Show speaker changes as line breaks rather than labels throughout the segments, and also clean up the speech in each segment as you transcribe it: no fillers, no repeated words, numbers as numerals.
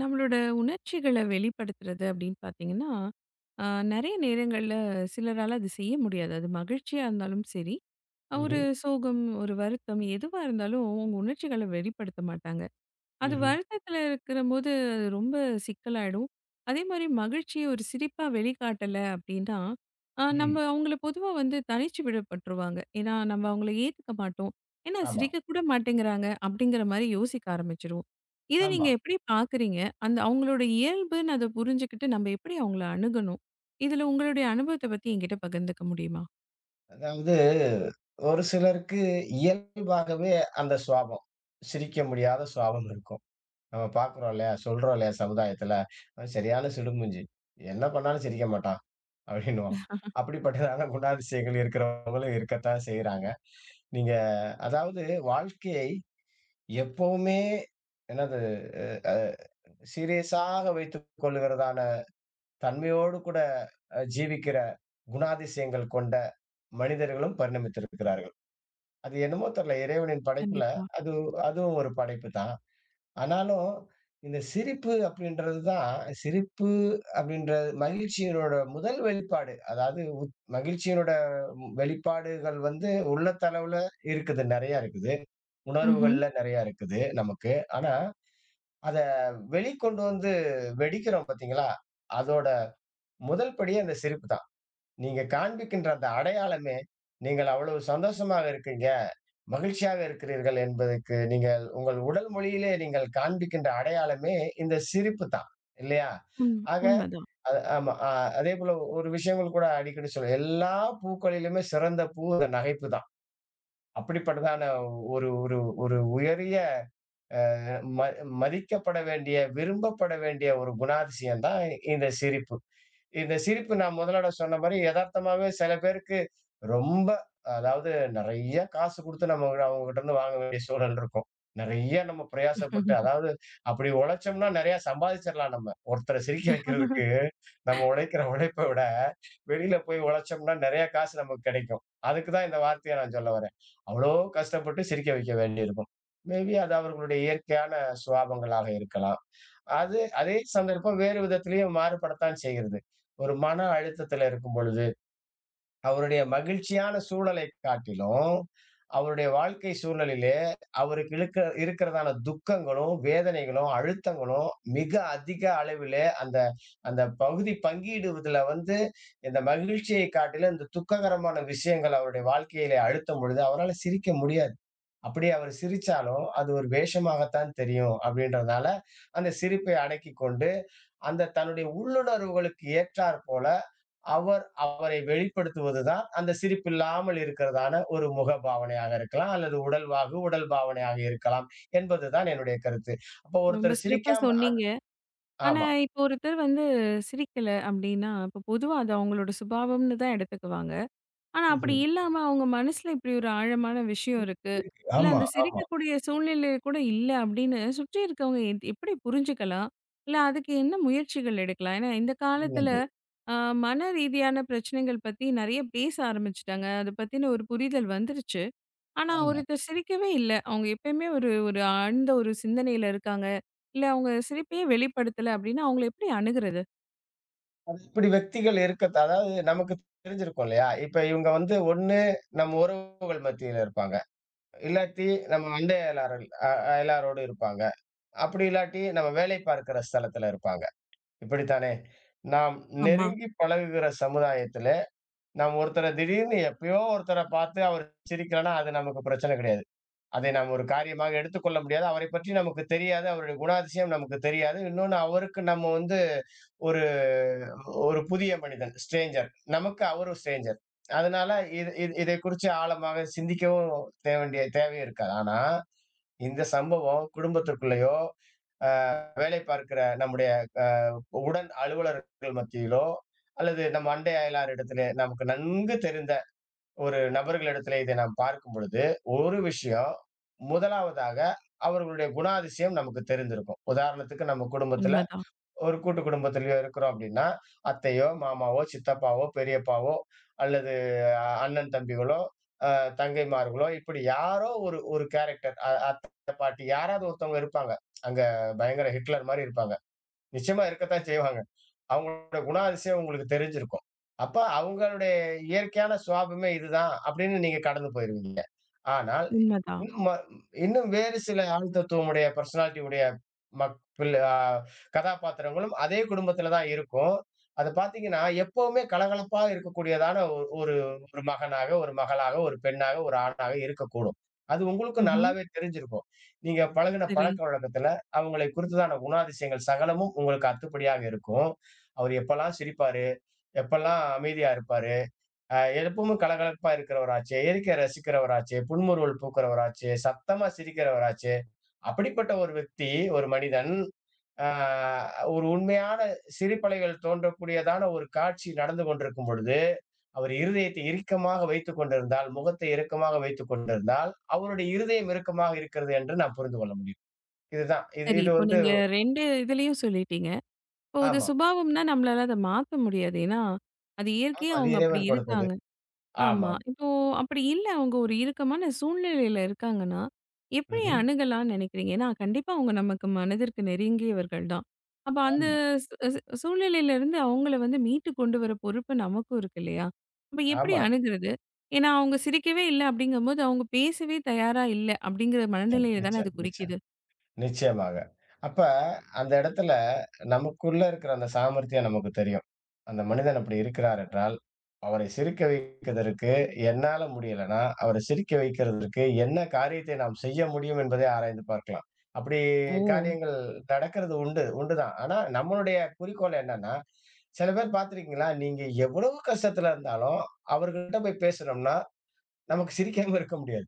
நம்மளோட உணர்ச்சிகள வெளிப்படுத்துறது அப்படின்னு பார்த்தீங்கன்னா, அ நெறைய நேரங்கள்ல சிலரால அது செய்ய முடியாது. அது மகிழ்ச்சியா இருந்தாலும் சரி, ஒரு
ம்ஹ்ம்.
சோகம், ஒரு வருத்தம் எதுவா இருந்தாலும் உங்க உணர்ச்சிகள வெளிப்படுத்த மாட்டாங்க. அது
ம்ஹ்ம்.
வருத்தத்துல இருக்கிறம்போது, அது ரொம்ப சிக்கலாயிடும். அதேமாரி மகிழ்ச்சிய ஒரு சிரிப்பா வெளிக்காட்டல அப்டின்னா, நம்ம
ம்.
அவங்கள பொதுவா வந்து தனிச்சு விடப்பட்டுருவாங்க. ஏன்னா, நம்ம அவங்கள ஏத்துக்க மாட்டோம். ஏன்னா,
ஆமா,
சிரிக்க கூட மாட்டேங்கிறாங்க அப்டிங்கிற மாரி யோசிக்க ஆரம்பிச்சுருவோம். இத
ஆமா.
நீங்க எப்டி பார்க்குறீங்க? அந்த அவங்களோட இயல்புன்னு அத புரிஞ்சுகிட்டு நம்ம எப்டி அவங்கள அணுகணும்? இதுல உங்களுடைய அனுபவத்த பத்தி என்கிட்ட பகிர்ந்துக்க முடியுமா?
அதாவது ஒரு சிலருக்கு இயல்பாகவே அந்த சுவாபம். சிரிக்க முடியாத சுவாபம் இருக்கும். நம்ம பார்க்கிறோம் இல்லையா? சொல்றோம் இல்லையா? சமுதாயத்துல, "அவன் சரியான சிடுமூஞ்சி. என்ன பண்ணாலும் சிரிக்க மாட்டான்" அப்படின்னுவோம். அப்படிப்பட்டதான குணாதிசயங்கள் இருக்கிறவங்களும் இருக்கத்தான் செய்றாங்க. நீங்க அதாவது வாழ்க்கையை எப்பவுமே என்னது அ அ சீரியஸாக வைத்துக் கொள்ளுகிறதான தன்மையோடு கூட ஜீவிக்கிற குணாதிசயங்கள் கொண்ட மனிதர்களும் பரிணமித்திருக்கிறார்கள். அது என்னமோ தெரியல. இறைவனின் படைப்புல
கண்டிப்பா.
அது அதுவும் ஒரு படைப்பு தான். ஆனாலும் இந்த சிரிப்பு அப்படின்றது தான் சிரிப்பு அப்படின்ற மகிழ்ச்சியினோட முதல் வெளிப்பாடு. அதாவது மகிழ்ச்சியினோட வெளிப்பாடுகள் வந்து உள்ளத்தளவுல இருக்குது. நெறையா இருக்குது.
ம்ஹ்ம்.
உணர்வுகள்ல நெறையா இருக்குது நமக்கு. ஆனா அத வெளிக்கொண்டு வந்து வெடிக்கிறோம் பார்த்தீங்களா? அதோட முதல் படியே அந்த சிரிப்பு தான். நீங்க காண்பிக்கின்ற அந்த அடையாளமே, நீங்கள் அவ்வளவு சந்தோஷமாக இருக்கீங்க, மகிழ்ச்சியாக இருக்கிறீர்கள் என்பதற்கு நீங்கள் உங்கள் உடல் மொழியிலே நீங்கள் காண்பிக்கின்ற அடையாளமே இந்த சிரிப்பு தான். இல்லையா?
ம்.
ஆக
உண்மதான்.
அது ஆமா. அதேபோல ஒரு விஷயங்கள் கூட அடிக்கடி சொல்லுவேன். எல்லா பூக்களிலுமே சிறந்த பூ இந்த நகைப்பு தான். அப்படிப்பட்டதான ஒரு ஒரு ஒரு உயரிய அ ம மதிக்கப்பட வேண்டிய, விரும்பப்பட வேண்டிய ஒரு குணாதிசயம் தான் இந்த சிரிப்பு. இந்த சிரிப்பு நான் முதலோட சொன்ன மாரி எதார்த்தமாவே சில பேருக்கு ரொம்ப அதாவது நெறைய காசு குடுத்து நம்ம அவங்ககிட்ட இருந்து வாங்க வேண்டிய சூழல் இருக்கும். நெறைய நம்ம பிரயாசப்பட்டு அதாவது அப்படி உழைச்சோம்னா நெறைய சம்பாதிச்சிடலாம் நம்ம. ஒருத்தர சிரிக்க வைக்கிறதுக்கு நம்ம உழைக்கிற உழைப்ப விட, வெளியில போய் உழைச்சோம்னா நெறைய காசு நமக்கு கிடைக்கும். அதுக்கு தான் இந்த வார்த்தைய நான் சொல்ல வரேன். அவ்வளோ கஷ்டப்பட்டு சிரிக்க வைக்க வேண்டியிருக்கும். மேபி அது அவர்களுடைய இயற்கையான சுபாவங்களாக இருக்கலாம். அது அதே சந்தர்ப்பம் வேறு விதத்திலயும் மாறுபடத்தான் செய்கிறது. ஒரு மன அழுத்தத்தில இருக்கும் பொழுது, அவருடைய மகிழ்ச்சியான சூழலை காட்டிலும், அவருடைய வாழ்க்கை சூழலிலே அவருக்கு இழுக்க இருக்கிறதான துக்கங்களும், வேதனைகளும், அழுத்தங்களும் மிக அதிக அளவிலே அந்த அந்த பகுதி பங்கீடுவதுல வந்து இந்த மகிழ்ச்சியை காட்டிலும் இந்த துக்ககரமான விஷயங்கள் அவருடைய வாழ்க்கையிலே அழுத்தும் பொழுது அவரால சிரிக்க முடியாது. அப்படியே அவர் சிரிச்சாலும் அது ஒரு வேஷமாகத்தான் தெரியும். அப்படின்றதுனால அந்த சிரிப்பை அடக்கிக் கொண்டு அந்த தன்னுடைய உள்ளுணர்வுகளுக்கு ஏற்றார் போல அவர் அவரை வெளிப்படுத்துவதுதான் அந்த சிரிப்பில்லாமல் இருக்கிறதான ஒரு முக பாவனையாக இருக்கலாம் அல்லது உடல்வாகு உடல் பாவனையாக இருக்கலாம் என்பதுதான் என்னுடைய கருத்து. அப்ப
ரொம்ப
ஒருத்தர்
சிறப்பா
சிரிக்காம
சொன்னீங்க. ஆனா,
ஆமா.
இப்போ ஒருத்தர் வந்து சிரிக்கல அப்டின்னா, இப்போ பொதுவா அது அவங்களோட சுபாவம்னு தான் எடுத்துக்குவாங்க. ஆனா, அப்படி
ம்ஹ்ம்.
இல்லாம அவங்க மனசுல இப்படி ஒரு ஆழமான விஷயம் இருக்கு.
இருக்கு.
இல்ல
ஆமா,
அந்த
ஆமா.
சிரிக்கக்கூடிய சூழ்நிலை கூட இல்ல அப்படின்னு சுற்றி இருக்கவங்க எப்படி புரிஞ்சுக்கலாம்? இல்ல அதுக்கு என்ன முயற்சிகள் எடுக்கலாம்? ஏன்னா, இந்த காலத்துல
உள்ளது.
அ மன ரீதியான பிரச்சனைகள் பத்தி நெறைய பேச ஆரம்பிச்சுட்டாங்க. அத பத்தின ஒரு புரிதல் வந்துருச்சு. ஆனா,
ஆமா.
ஒருத்தர் சிரிக்கவே இல்ல. அவங்க எப்பயுமே ஒரு ஒரு ஆழ்ந்த ஒரு சிந்தனையில இருக்காங்க. இல்ல அவங்க சிரிப்பையே வெளிப்படுத்தல அப்டின்னா, அவங்கள எப்படி அணுகுறது?
அது இப்படி വ്യക്തിகள் இருக்க அதாவது நமக்கு தெரிஞ்சிருக்கும் இல்லையா? இப்ப இவங்க வந்து ஒண்ணு நம்ம உறவுகள் மத்தியில இருப்பாங்க. இல்லாட்டி நம்ம அண்டை அயலார்கள் அயலாரோடு இருப்பாங்க. அப்படி இல்லாட்டி நம்ம வேலை பார்க்கிற ஸ்தலத்துல இருப்பாங்க. இப்படித்தானே! நாம்
ஆமா.
நெருங்கி பழகுகிற சமுதாயத்தில, நாம் ஒருத்தர திடீர்னு எப்பயோ ஒருத்தர பார்த்து அவர் சிரிக்கலன்னா, அது நமக்கு பிரச்சனை கிடையாது. அதை நாம் ஒரு காரியமாக எடுத்துக்கொள்ள முடியாது. அவரைப் பற்றி நமக்கு தெரியாது. அவருடைய குணாதிசயம் நமக்கு தெரியாது. இன்னொன்னு அவருக்கு நம்ம வந்து ஒரு ஒரு புதிய மனிதன், ஸ்ட்ரேஞ்சர். நமக்கு அவரும் ஸ்ட்ரேஞ்சர். அதனால இது இது இதை குறிச்சு ஆழமாக சிந்திக்கவும் தேவண்டிய தேவை இருக்காது. ஆனா, இந்த சம்பவம் குடும்பத்திற்குள்ளேயோ, வேலை பார்க்கிற நம்முடைய உடன் அலுவலர்கள் மத்தியிலோ, அல்லது நம் அண்டை அயலார் இடத்திலே நமக்கு நன்கு தெரிந்த ஒரு நபர்களிடத்திலே இதை நாம் பார்க்கும் பொழுது, ஒரு விஷயம் முதலாவதாக அவர்களுடைய குணாதிசயம் நமக்கு தெரிந்திருக்கும். உதாரணத்துக்கு நம்ம குடும்பத்தில
உண்மதான்,
ஒரு கூட்டு குடும்பத்திலயோ இருக்கிறோம் அப்படின்னா, அத்தையோ, மாமாவோ, சித்தப்பாவோ, பெரியப்பாவோ அல்லது அண்ணன் தம்பிகளோ, அ தங்கைமார்களோ இப்படி யாரோ ஒரு ஒரு கேரக்டர் அத்தை, பாட்டி யாராவது ஒருத்தவங்க இருப்பாங்க. அங்க பயங்கர ஹிட்லர் மாரி இருப்பாங்க. நிச்சயமா இருக்கத்தான் செய்வாங்க. அவங்களோட குணாதிசயம் உங்களுக்கு தெரிஞ்சிருக்கும். அப்ப அவங்களுடைய இயற்கையான சுவாபமே இதுதான் அப்படின்னு நீங்க கடந்து போயிருவீங்க. ஆனால்
உண்மதான்.
இன்னும் ம இன்னும் வேறு சில ஆழ் தத்துவமுடைய பெர்சனாலிட்டி உடைய மக் பிள்ள அ கதாபாத்திரங்களும் அதே குடும்பத்தில தான் இருக்கும். அத பார்த்தீங்கன்னா, எப்பவுமே கலகலப்பா இருக்கக்கூடியதான ஒ ஒரு ஒரு மகனாக, ஒரு மகளாக, ஒரு பெண்ணாக, ஒரு ஆணாக இருக்கக்கூடும். அது உங்களுக்கும்
ம்ஹ்ம்.
நல்லாவே தெரிஞ்சிருக்கும். நீங்க பழகுன
சரி.
பழக்கவழக்கத்துல அவங்களை குறித்ததான குணாதிசயங்கள் சகலமும் உங்களுக்கு அத்துப்படியாக இருக்கும். அவர் எப்பல்லாம் சிரிப்பாரு, எப்பல்லாம் அமைதியா இருப்பாரு, எப்பவுமே கலகலப்பா இருக்கிறவராச்சே, இயற்கைய ரசிக்கிறவராச்சே, புன்முறுவல் பூக்கிறவராச்சே, சத்தமா சிரிக்கிறவராச்சே, அப்படிப்பட்ட ஒரு व्यक्தி, ஒரு மனிதன், ஆ ஒரு உண்மையான சிரிப்பலைகள் தோன்றக்கூடியதான ஒரு காட்சி நடந்து கொண்டிருக்கும் பொழுது, அவர் இருதயத்தை இறுக்கமாக வைத்துக் கொண்டிருந்தால், முகத்தை இறுக்கமாக வைத்துக் கொண்டிருந்தால், அவருடைய இருதயம் இறுக்கமாக இருக்கிறது என்று நாம் புரிந்து கொள்ள முடியும். இதுதான். இது
சரி.
இது
இப்போ
வந்து
நீங்க 2 இதுலயும் சொல்லிட்டீங்க. இப்போ இது
ஆமா.
சுபாவம்னா நம்மளால அத மாத்த முடியாது. ஏன்னா, அது
ஆமா,
இயற்கையா
அது
அவங்க அப்படி
இறைவன் கொடுத்தது.
இருக்காங்க. ஆமா.
ஆமாம்.
இப்போ அப்படி இல்ல அவங்க ஒரு இறுக்கமான சூழ்நிலையில இருக்காங்கன்னா, எப்படி
ம்ஹ்ம்.
அணுகலாம்னு நினைக்கிறீங்க? ஏன்னா, கண்டிப்பா அவங்க நமக்கு மனதிற்கு நெருங்கியவர்கள் தான். அப்ப அந்த
ஆமா.
ஸ் ஸ் சூழ்நிலையிலிருந்து அவங்கள வந்து மீட்டு கொண்டு வர பொறுப்பு நமக்கும் இருக்கு இல்லையா? அப்ப எப்படி
ஆமா.
அணுகுறது? ஏன்னா, அவங்க சிரிக்கவே இல்ல அப்படிங்கும்போது, அவங்க பேசவே தயாரா இல்ல அப்படிங்கிற
நிச்சயம்,
மனநிலைய தானே அது
நிச்சயம், நிச்சயம்.
குறிக்குது.
நிச்சயமாக. அப்ப அந்த இடத்துல நமக்குள்ள இருக்கிற அந்த சாமர்த்தியம் நமக்கு தெரியும். அந்த மனிதன் அப்படி இருக்கிறார் என்றால், அவரை சிரிக்க வைப்பதற்கு என்னால முடியலன்னா, அவரை சிரிக்க வைக்கிறதற்கு என்ன காரியத்தை நாம் செய்ய முடியும் என்பதை ஆராய்ந்து பார்க்கலாம். அப்படி
ஓ!
காரியங்கள் நடக்கிறது உண்டு, உண்டுதான். ஆனா நம்மளுடைய குறிக்கோள் என்னன்னா, சில பேர் பார்த்திருக்கீங்களா? நீங்க எவ்வளவு கஷ்டத்துல இருந்தாலும் அவர்கள்ட்ட போய் பேசுனோம்னா நமக்கு சிரிக்காம இருக்க முடியாது.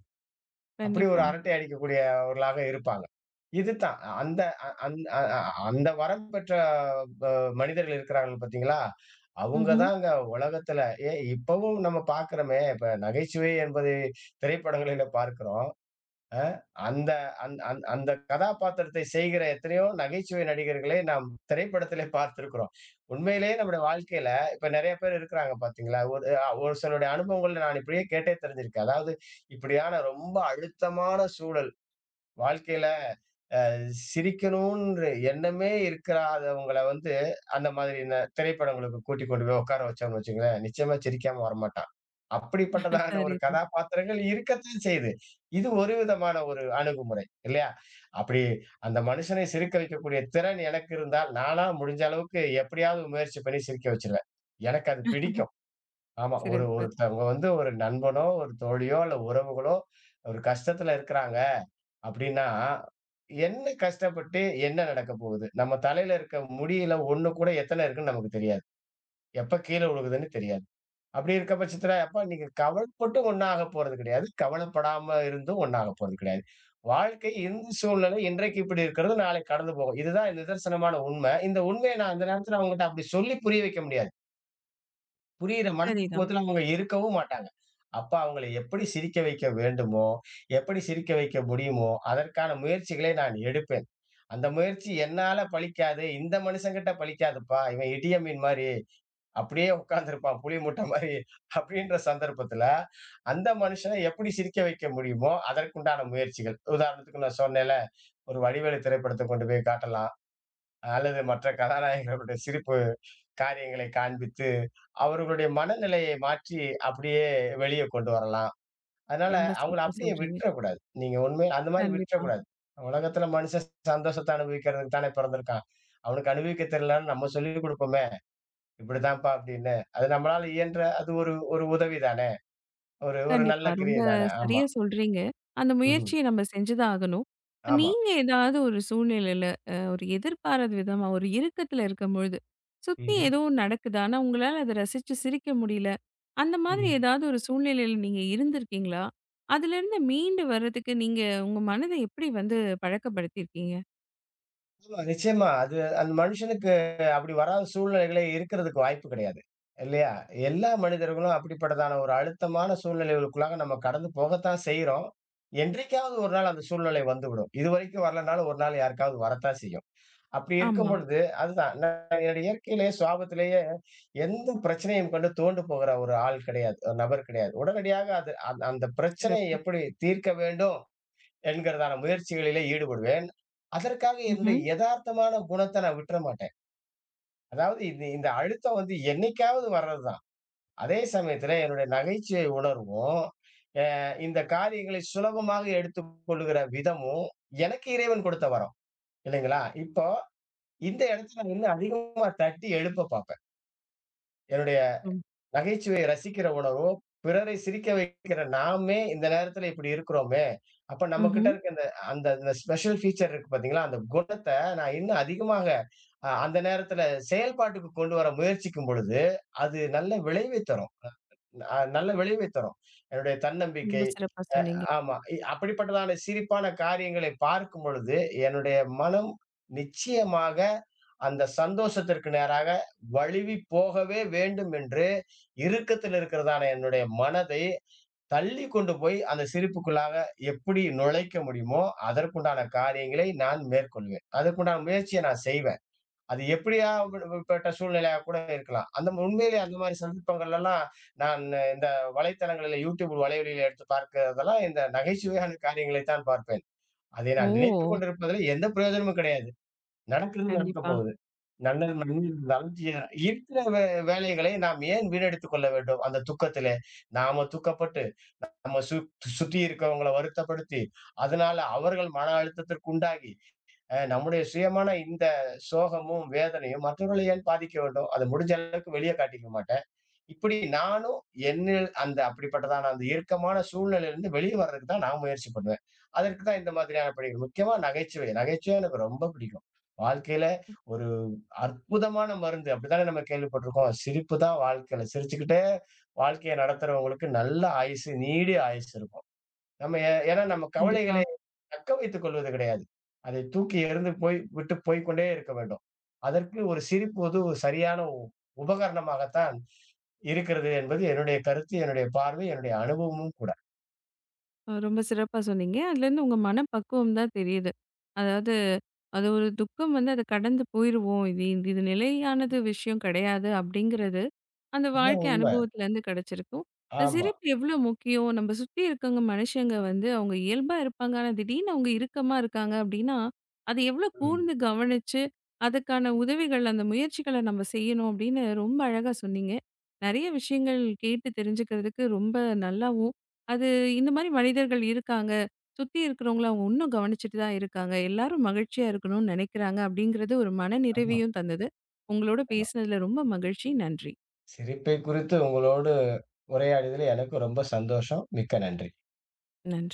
அப்படி ஒரு
கண்டிப்பா.
அரட்டை அடிக்கக்கூடியவர்களாக இருப்பாங்க. இதுதான் அந்த அ அந் அ அ அந்த வரம் பெற்ற ப மனிதர்கள் இருக்கிறார்கள் பார்த்தீங்களா? அவங்க
ம்ஹ்ம்.
தாங்க உலகத்துல ஏன் இப்பவும் நம்ம பார்க்கிறோமே, இப்ப நகைச்சுவை என்பது திரைப்படங்களில பார்க்கிறோம். அ அந்த அந் அந் அந்த கதாபாத்திரத்தை செய்கிற எத்தனையோ நகைச்சுவை நடிகர்களை நாம் திரைப்படத்திலே பார்த்திருக்கிறோம். உண்மையிலேயே நம்முடைய வாழ்க்கையில இப்ப நெறைய பேர் இருக்கிறாங்க பார்த்தீங்களா? ஒரு சிலருடைய அனுபவங்கள் நான் இப்படியே கேட்டே தெரிஞ்சிருக்கேன். அதாவது இப்படியான ரொம்ப அழுத்தமான சூழல் வாழ்க்கையில சிரிக்கணுன்ற எண்ணமே இருக்கிறாதவங்கள வந்து, அந்த மாதிரி இந்த திரைப்படங்களுக்கு கூட்டிக் கொண்டு போய் உட்கார வச்சோம்னு வச்சுக்கங்களேன், நிச்சயமா சிரிக்காம வரமாட்டான். அப்படிப்பட்டதான ஒரு
சரிதான்.
கதாபாத்திரங்கள் இருக்கத்தான் செய்யுது. இது ஒரு விதமான ஒரு அணுகுமுறை இல்லையா? அப்படி அந்த மனுஷனை சிரிக்க வைக்கக்கூடிய திறன் எனக்கு இருந்தால், நானா முடிஞ்ச அளவுக்கு எப்படியாவது முயற்சி பண்ணி சிரிக்க வச்சுருவேன். எனக்கு அது பிடிக்கும். ஆமா. ஒரு
சிறப்பு.
ஒருத்தவங்க வந்து ஒரு நண்பனோ, ஒரு தோழியோ, அல்ல உறவுகளோ ஒரு கஷ்டத்துல இருக்கிறாங்க. அப்படின்னா, என்ன கஷ்டப்பட்டு என்ன நடக்க போகுது? நம்ம தலையில இருக்க முடியில ஒண்ணு கூட எத்தன இருக்குன்னு நமக்கு தெரியாது. எப்ப கீழ விழுகுதுன்னு தெரியாது. அப்படி இருக்க பட்சத்துல, அப்ப நீங்க கவலைப்பட்டு ஒண்ணும் ஆகப் போறது கிடையாது. கவலைப்படாம இருந்தும் ஒண்ணும் ஆகப் போறது கிடையாது. வாழ்க்கை இந்த சூழ்நிலை இன்றைக்கு இப்படி இருக்கிறது, நாளைக்கு கடந்து போகும். இதுதான் நிதர்சனமான உண்மை. இந்த உண்மைய நான் அந்த நேரத்துல அவங்ககிட்ட அப்படி சொல்லி புரிய வைக்க முடியாது. புரியிற
சரிதான்.
மனப்பக்குவத்துல அவங்க இருக்கவும் மாட்டாங்க. அப்ப அவங்கள எப்படி சிரிக்க வைக்க வேண்டுமோ, எப்படி சிரிக்க வைக்க முடியுமோ, அதற்கான முயற்சிகளை நான் எடுப்பேன். அந்த முயற்சி என்னால பலிக்காது. இந்த மனுஷங்கிட்ட பலிக்காதுப்பா. இவன் இடிய மீன் மாரி, அப்படியே உட்கார்ந்திருப்பான் புளி மூட்டை மாரி. அப்படின்ற சந்தர்ப்பத்துல, அந்த மனுஷன எப்படி சிரிக்க வைக்க முடியுமோ, அதற்குண்டான முயற்சிகள். உதாரணத்துக்கு நான் சொன்னேன்ல, ஒரு வடிவேலு திரைப்படத்த கொண்டு போய் காட்டலாம். அல்லது மற்ற கதாநாயகர்களுடைய சிரிப்பு காரியங்களை காண்பித்து, அவர்களுடைய மனநிலையை மாற்றி அப்படியே வெளிய கொண்டு வரலாம். அதனால
ரொம்ப
அவங்கள
சிறப்பா
அப்படியே
சொல்றீங்க.
விட்டுறக்கூடாது. நீங்க உண்மையா அந்த மாரி
கண்டிப்பா.
விட்டுறக்கூடாது. உலகத்துல மனுஷன் சந்தோஷத்த அனுபவிக்கிறதுக்கு தானே பிறந்திருக்கான். அவனுக்கு அனுபவிக்க தெரியலன்னு நம்ம சொல்லிக் குடுப்போமே, இப்படித்தான்ப்பா அப்படின்னு. அது நம்மளால இயன்ற அது ஒரு ஒரு உதவி தானே! ஒரு ஒரு நல்ல
கண்டிப்பா. ரொம்ப
கிரியை தானே! ஆமா.
சரியா சொல்றீங்க. அந்த
ம்ஹ்ம்.
முயற்சிய நம்ம செஞ்சு தான் ஆகணும். இப்ப
ஆமா.
நீங்க ஏதாவது ஒரு சூழ்நிலையில, ஒரு எதிர்பாராத விதமா, ஒரு இறுக்கத்துல இருக்கும்பொழுது, சுத்தி
ம்ஹ்ம்.
ஏதோ ஒண்ணு நடக்குது. ஆனா, உங்களால அத ரசிச்சு சிரிக்க முடியல. அந்த மாதிரி
ம்ஹ்ம்.
ஏதாவது ஒரு சூழ்நிலையில நீங்க இருந்திருக்கீங்களா? அதுலேருந்து மீண்டு வர்றதுக்கு நீங்க உங்க மனத எப்படி வந்து பழக்கப்படுத்தியிருக்கீங்க?
ஆமா, நிச்சயமா. அது அந்த மனுஷனுக்கு அப்படி வராத சூழ்நிலைகளே இருக்கிறதுக்கு வாய்ப்பு கிடையாது. இல்லையா? எல்லா மனிதர்களும் அப்படிப்பட்டதான ஒரு அழுத்தமான சூழ்நிலைகளுக்குள்ளாக நம்ம கடந்து போகத்தான் செய்றோம். என்றைக்காவது ஒரு நாள் அந்த சூழ்நிலை வந்துவிடும். இதுவரைக்கும் வரலனாலும் ஒரு நாள் யாருக்காவது வரத்தான் செய்யும். அப்படி இருக்கும்
ஆமா.
பொழுது அதுதான் நான் என்னுடைய இயற்கையிலேயே சுவாபத்திலேயே எந்த பிரச்சனையும் கொண்டு துவண்டு போகிற ஒரு ஆள் கிடையாது. ஒரு நபர் கிடையாது. உடனடியாக அது அந்த பிரச்சனையை
சிறப்பு.
எப்படி தீர்க்க வேண்டும் என்கிறதான முயற்சிகளிலே ஈடுபடுவேன். அதற்காக என்னுடைய
ம்ஹ்ம்.
எதார்த்தமான குணத்தை நான் விட்டுற மாட்டேன். அதாவது இது இந்த அழுத்தம் வந்து என்னைக்காவது வர்றதுதான். அதே சமயத்தில என்னுடைய நகைச்சுவை உணர்வும், அ இந்த காரியங்களை சுலபமாக எடுத்துக்கொள்ளுகிற விதமும் எனக்கு இறைவன் கொடுத்த வரம். இல்லைங்களா? இப்போ இந்த இடத்துல நான் இன்னும் அதிகமா தட்டி எழுப்ப பார்ப்பேன். என்னுடைய
ம்.
நகைச்சுவையை ரசிக்கிற உணர்வும், பிறரை சிரிக்க வைக்கிற நாமே இந்த நேரத்துல இப்படி இருக்கிறோமே, அப்ப நம்மகிட்ட
ம்ஹ்ம்.
இருக்க இந்த அந்த அந்த ஸ்பெஷல் ஃபீச்சர் இருக்கு பார்த்தீங்களா, அந்த குணத்த நான் இன்னும் அதிகமாக அந்த நேரத்துல செயல்பாட்டுக்கு கொண்டு வர முயற்சிக்கும் பொழுது, அது நல்ல விளைவை தரும். நல்ல விளைவை தரும். என்னுடைய தன்னம்பிக்கை.
ரொம்ப சிறப்பா
அ
சொன்னீங்க.
ஆமா. அப்படிப்பட்டதான சிரிப்பான காரியங்களை பார்க்கும் பொழுது, என்னுடைய மனம் நிச்சயமாக அந்த சந்தோஷத்திற்கு நேராக வழுவிப் போகவே வேண்டும் என்று இறுக்கத்தில் இருக்கிறதான என்னுடைய மனதை தள்ளி கொண்டு போய் அந்த சிரிப்புக்குள்ளாக எப்படி நுழைக்க முடியுமோ, அதற்குண்டான காரியங்களை நான் மேற்கொள்வேன். அதற்குண்டான முயற்சிய நான் செய்வேன். அது எப்படியா பட்ட சூழ்நிலையா கூட இருக்கலாம். அந்த உண்மையிலே அந்த மாதிரி சந்தர்ப்பங்கள்லலாம், நான் இந்த வலைத்தளங்களில YouTube வலைவெளியில எடுத்து பார்க்கிறதெல்லாம் இந்த நகைச்சுவையான காரியங்களைத் தான் பார்ப்பேன். அதை நான் நினைத்துக்
ஓ!
கொண்டிருப்பதில் எந்த பிரயோஜனமும் கிடையாது. நடக்கிறது நடக்கப்
கண்டிப்பா,
போகுது. நல்லது நன்மை இருந்தாலும் தீய இருக்கிற வேலைகளை நாம் ஏன் வீணடித்துக் கொள்ள வேண்டும்? அந்த துக்கத்திலே. நாம துக்கப்பட்டு, நம்ம சுற்றி இருக்கிறவங்கள வருத்தப்படுத்தி, அதனால அவர்கள் மன அழுத்தத்திற்கு உண்டாகி நம்முடைய சுயமான இந்த சோகமும், வேதனையும் மற்றவர்களை ஏன் பாதிக்க வேண்டும்? அத முடிஞ்ச அளவுக்கு வெளிய காட்டிக்க மாட்டேன். இப்படி நானும் என்னில் அந்த அப்படிப்பட்டதான அந்த இறுக்கமான சூழ்நிலையிலிருந்து வெளிய வர்றதுக்கு தான் நான் முயற்சி பண்ணுவேன். அதற்கு தான் இந்த மாதிரியான பணிகள். முக்கியமா நகைச்சுவை. நகைச்சுவை எனக்கு ரொம்ப பிடிக்கும். வாழ்க்கையில ஒரு அற்புதமான மருந்து. அப்படித்தானே நம்ம கேள்விப்பட்டிருக்கோம். சிரிப்பு தான் வாழ்க்கையில. சிரிச்சுக்கிட்டே வாழ்க்கைய நடத்துறவங்களுக்கு நல்ல ஆயுசு, நீடிய ஆயுசு இருக்கும். நம்ம ஏன்னா நம்ம
கண்டிப்பா.
கவலைகளை தக்க வைத்துக் கொள்வது கிடையாது. அதை தூக்கி எறிந்து போய் விட்டு போய்க் கொண்டே இருக்க வேண்டும். அதற்கு ஒரு சிரிப்பு வந்து ஒரு சரியான உபகரணமாகத்தான் இருக்கிறது என்பது என்னுடைய கருத்து, என்னுடைய பார்வை, என்னுடைய அனுபவமும் கூட.
ரொம்ப சிறப்பா சொன்னீங்க. அதுலேருந்து உங்க மனப்பக்குவம் தான் தெரியுது. அதாவது, அது ஒரு துக்கம் வந்து அத கடந்து போயிருவோம். இது இது நிலையானது விஷயம் கிடையாது அப்படிங்கிறது, அந்த
அதுதான்
வாழ்க்கை
உண்
அனுபவத்திலேருந்து கிடைச்சிருக்கும். அது
ஆமா.
சிரிப்பு எவ்வளோ முக்கியம்? நம்ம சுத்தி இருக்கவங்க மனுஷங்க வந்து அவங்க இயல்பா இருப்பாங்க. ஆனா திடீர்னு அவங்க இறுக்கமா இருக்காங்க அப்படின்னா, அது எவ்வளோ
ம்.
கூர்ந்து கவனிச்சு, அதுக்கான உதவிகள், அந்த முயற்சிகள நம்ம செய்யணும் அப்படின்னு ரொம்ப அழகா சொன்னீங்க. நிறைய விஷயங்கள் கேட்டு தெரிஞ்சுக்கிறதுக்கு ரொம்ப நல்லாவும், அது இந்த மாரி மனிதர்கள் இருக்காங்க. சுத்தி இருக்கிறவங்கள அவங்க இன்னும் கவனிச்சுட்டு தான் இருக்காங்க. எல்லாரும் மகிழ்ச்சியா இருக்கணும்னு நினைக்கிறாங்க அப்படிங்கிறது ஒரு மன
ஆமா,
நிறைவையும் தந்தது. உங்களோட
ஆமா.
பேசினதுல ரொம்ப மகிழ்ச்சி. நன்றி.
சிரிப்பை குறித்து உங்களோடு உரையாடியதில் எனக்கும் ரொம்ப சந்தோஷம். மிக்க நன்றி.
நன்றி.